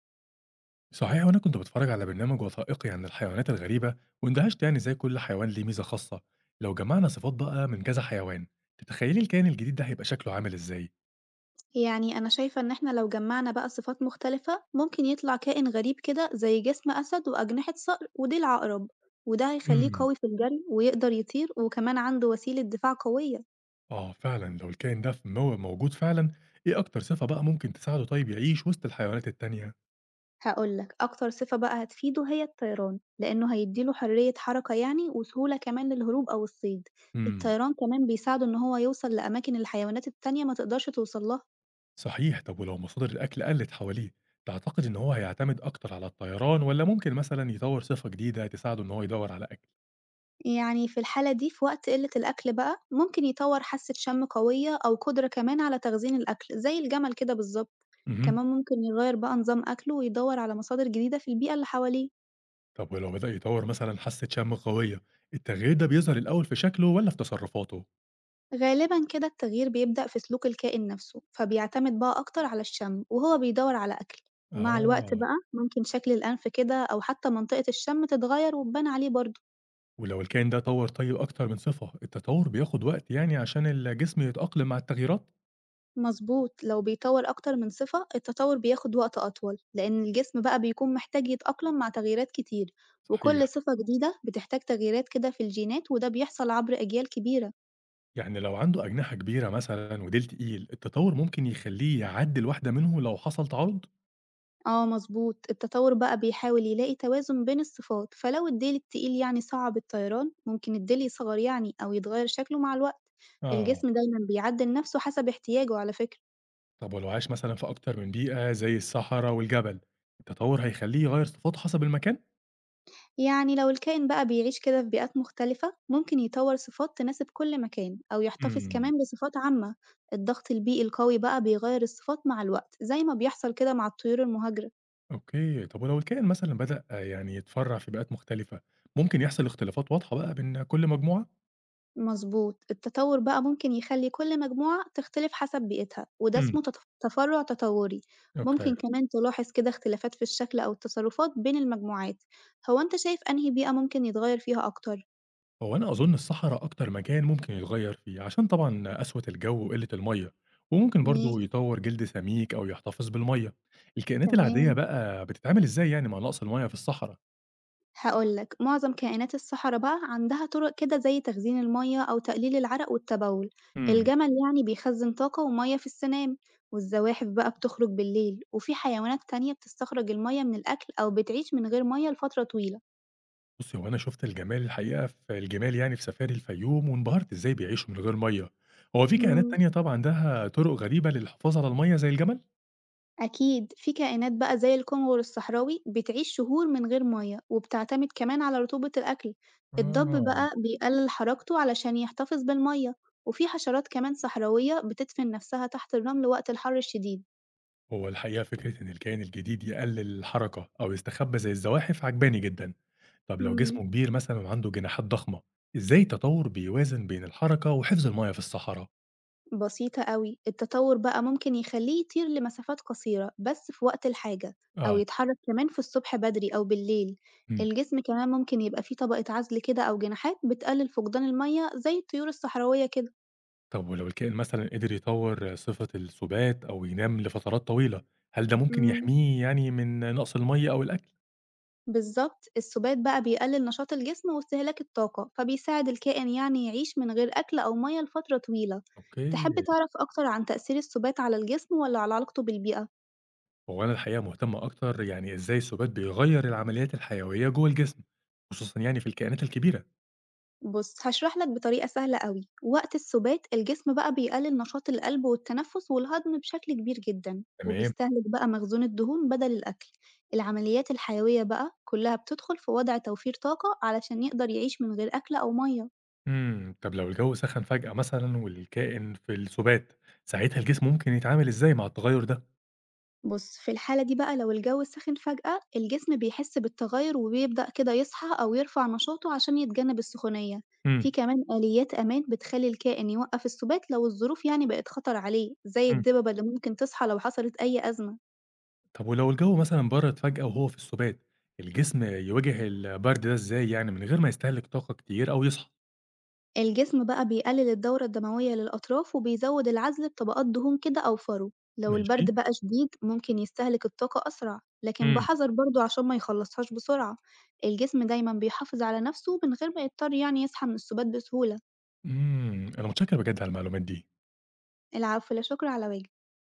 صحيح، وأنا كنت باتفرج على برنامج وثائقي عن الحيوانات الغريبة واندهشت يعني إزاي كل حيوان ليه ميزة خاصة. لو جمعنا صفات بقى من كذا حيوان، تتخيلي الكائن الجديد ده هيبقى شكله عامل إزاي؟ يعني أنا شايفة إن إحنا لو جمعنا بقى صفات مختلفة ممكن يطلع كائن غريب كده زي جسم أسد وأجنحة صقر وديل عقرب، وده هيخليه امم قوي في الجري ويقدر يطير وكمان عنده وسيلة دفاع قوية. آه فعلا، لو الكائن ده موجود فعلا، إيه أكتر صفة بقى ممكن تساعده طيب يعيش وسط الحيوانات التانية؟ هقولك أكتر صفة بقى هتفيده هي الطيران، لأنه هيديله حرية حركة يعني وسهولة كمان للهروب أو الصيد. امم الطيران كمان بيساعده إن هو يوصل لأماكن الحيوانات التانية ما تقدرش توصلها. صحيح. طب ولو مصادر الأكل قلت حواليه، تعتقد إن هو هيعتمد أكتر على الطيران ولا ممكن مثلا يطور صفة جديدة تساعده إن هو يدور على أكل؟ يعني في الحالة دي في وقت قلة الأكل بقى ممكن يطور حاسة شم قوية أو قدرة كمان على تخزين الأكل زي الجمل كده بالظبط. امم كمان ممكن يغير بقى نظام أكله ويدور على مصادر جديدة في البيئة اللي حواليه. طب ولو بدأ يطوّر مثلًا حاسة شم قوية، التغيير ده بيظهر الأول في شكله والّا في تصرفاته؟ غالبا كده التغيير بيبدأ في سلوك الكائن نفسه، فبيعتمد بقى أكتر على الشم وهو بيدور على أكل. ومع الوقت آه. بقى ممكن شكل الأنف كده أو حتى منطقة الشم تتغير وتبان عليه برضه. ولو الكائن ده طوّر طيب أكتر من صفة، التطوّر بياخد وقت يعني عشان الجسم يتأقلم مع التغييرات؟ مضبوط، لو بيطوّر أكتر من صفة التطوّر بياخد وقت أطول، لإن الجسم بقى بيكون محتاج يتأقلم مع تغييرات كتير، وكل صحيح. صفة جديدة بتحتاج تغييرات كده في الجينات، وده بيحصل عبر أجيال كبيرة. يعني لو عنده أجنحة كبيرة مثلًا وديل تقيل، التطوّر ممكن يخلّيه يعدِّل واحدة منهم لو حصل تعارض؟ آه مضبوط، التطوّر بقى بيحاول يلاقي توازن بين الصفات، فلو الديل التقيل يعني صعب الطيران ممكن الديل يصغر يعني أو يتغير شكله مع الوقت. آه. الجسم دايمًا بيعدّل نفسه حسب احتياجه على فكرة. طب ولو عاش مثلًا في أكتر من بيئة زي الصحرا والجبل، التطوّر هيخلّيه يغيّر صفاته حسب المكان؟ يعني لو الكائن بقى بيعيش كده في بيئات مختلفة ممكن يطور صفات تناسب كل مكان أو يحتفظ كمان إمم. بصفات عامة. الضغط البيئي القوي بقى بيغير الصفات مع الوقت زي ما بيحصل كده مع الطيور المهاجرة. أوكي، طب ولو الكائن مثلًا بدأ يعني يتفرّع في بيئات مختلفة، ممكن يحصل اختلافات واضحة بقى بين كل مجموعة؟ مظبوط، التطور بقى ممكن يخلي كل مجموعة تختلف حسب بيئتها، وده إمم. اسمه تفرع تطوري. أوكي. ممكن كمان تلاحظ كده اختلافات في الشكل أو التصرفات بين المجموعات. هو أنت شايف أنهي بيئة ممكن يتغير فيها أكتر؟ هو أنا أظن الصحرا أكتر مكان ممكن يتغيّر فيه، عشان طبعًا قسوة الجو وقلة المَيّة، وممكن ماشي. برضه يطوّر جلد سميك أو يحتفظ بالمَيّة. الكائنات العادية تمام. بقى بتتعامل إزاي يعني مع نقص المَيّة في الصحرا؟ هاقول لك، معظم كائنات الصحرا بقى عندها طرق كده زي تخزين المَيّة أو تقليل العرق والتبول. إمم. الجمل يعني بيخزن طاقة ومَيّة في السنام، والزواحف بقى بتخرج بالليل، وفي حيوانات تانية بتستخرج المَيّة من الأكل أو بتعيش من غير مَيّة لفترة طويلة. بُصّي، هو أنا شُفت الجمال الحقيقة في الجمال يعني في سفاري الفيوم، وانبهرت إزاي بيعيشوا من غير مَيّة. هو في كائنات إمم، تانية طبعًا عندها طرق غريبة للحفاظ على المَيّة زي الجمل؟ أكيد في كائنات بقى زي الكنغر الصحراوي بتعيش شهور من غير مَيّة، وبتعتمد كمان على رطوبة الأكل. الضب آه. بقى بيقلل حركته علشان يحتفظ بالمَيّة، وفي حشرات كمان صحراوية بتدفن نفسها تحت الرمل وقت الحر الشديد. هو الحقيقة فكرة إن الكائن الجديد يقلل الحركة أو يستخبى زي الزواحف عجباني جدا، طب لو إمم، جسمه كبير مثلا وعنده جناحات ضخمة، إزاي التطور بيوازن بين الحركة وحفظ المياه في الصحراء؟ بسيطة أوي، التطوّر بقى ممكن يخلّيه يطير لمسافات قصيرة بس في وقت الحاجة، أو آه. يتحرك كمان في الصبح بدري أو بالليل. مم. الجسم كمان ممكن يبقى فيه طبقة عزل كده أو جناحات بتقلل فقدان المَيّة زي الطيور الصحراوية كده. طب ولو الكائن مثلا قدر يطور صفة السبات أو ينام لفترات طويلة، هل ده ممكن إمم، يحميه يعني من نقص المية أو الأكل؟ بالضبط، السُبات بقى بيقلل نشاط الجسم واستهلاك الطاقة، فبيساعد الكائن يعني يعيش من غير أكل أو مَيّة لفترة طويلة. تحب أوكي. تعرف أكتر عن تأثير السُبات على الجسم والّا على علاقته بالبيئة؟ هو أنا الحقيقة مهتم أكتر يعني إزاي السبات بيغير العمليات الحيوية جوه الجسم، خصوصا يعني في الكائنات الكبيرة. بُص، هاشرح لك بطريقة سهلة أوي، وقت السُبات الجسم بقى بيقلل نشاط القلب والتنفس والهضم بشكل كبير جدًا، تمام. وبيستهلك بقى مخزون الدهون بدل الأكل. العمليات الحيوية بقى كلها بتدخل في وضع توفير طاقة علشان يقدر يعيش من غير أكل أو مَيّة. إمم، طب لو الجو سخن فجأة مثلًا والكائن في السُبات، ساعتها الجسم ممكن يتعامل إزاي مع التغيُّر ده؟ بُص، في الحالة دي بقى لو الجو سخن فجأة، الجسم بيحس بالتغير وبيبدأ كده يصحى أو يرفع نشاطه عشان يتجنب السخونية. في إمم. كمان آليات أمان بتخلي الكائن يوقف السبات لو الظروف يعني بقت خطر عليه، زي إمم، الدببة اللي ممكن تصحى لو حصلت أي أزمة. طب ولو الجو مثلًا برد فجأة وهو في السُبات، الجسم يواجه البرد ده إزاي يعني من غير ما يستهلك طاقة كتير أو يصحى؟ الجسم بقى بيقلل الدورة الدموية للأطراف وبيزود العزل بطبقات دهون كده أو فرو. لو ماشي. البرد بقى شديد ممكن يستهلك الطاقة أسرع لكن إمم. بحذر برضه عشان ما يخلصهاش بسرعة. الجسم دايما بيحافظ على نفسه من غير ما يضطر يعني يصحى من السبات بسهولة. إمم، أنا متشكر بجد على المعلومات دي. العفو، لا شكر على واجب.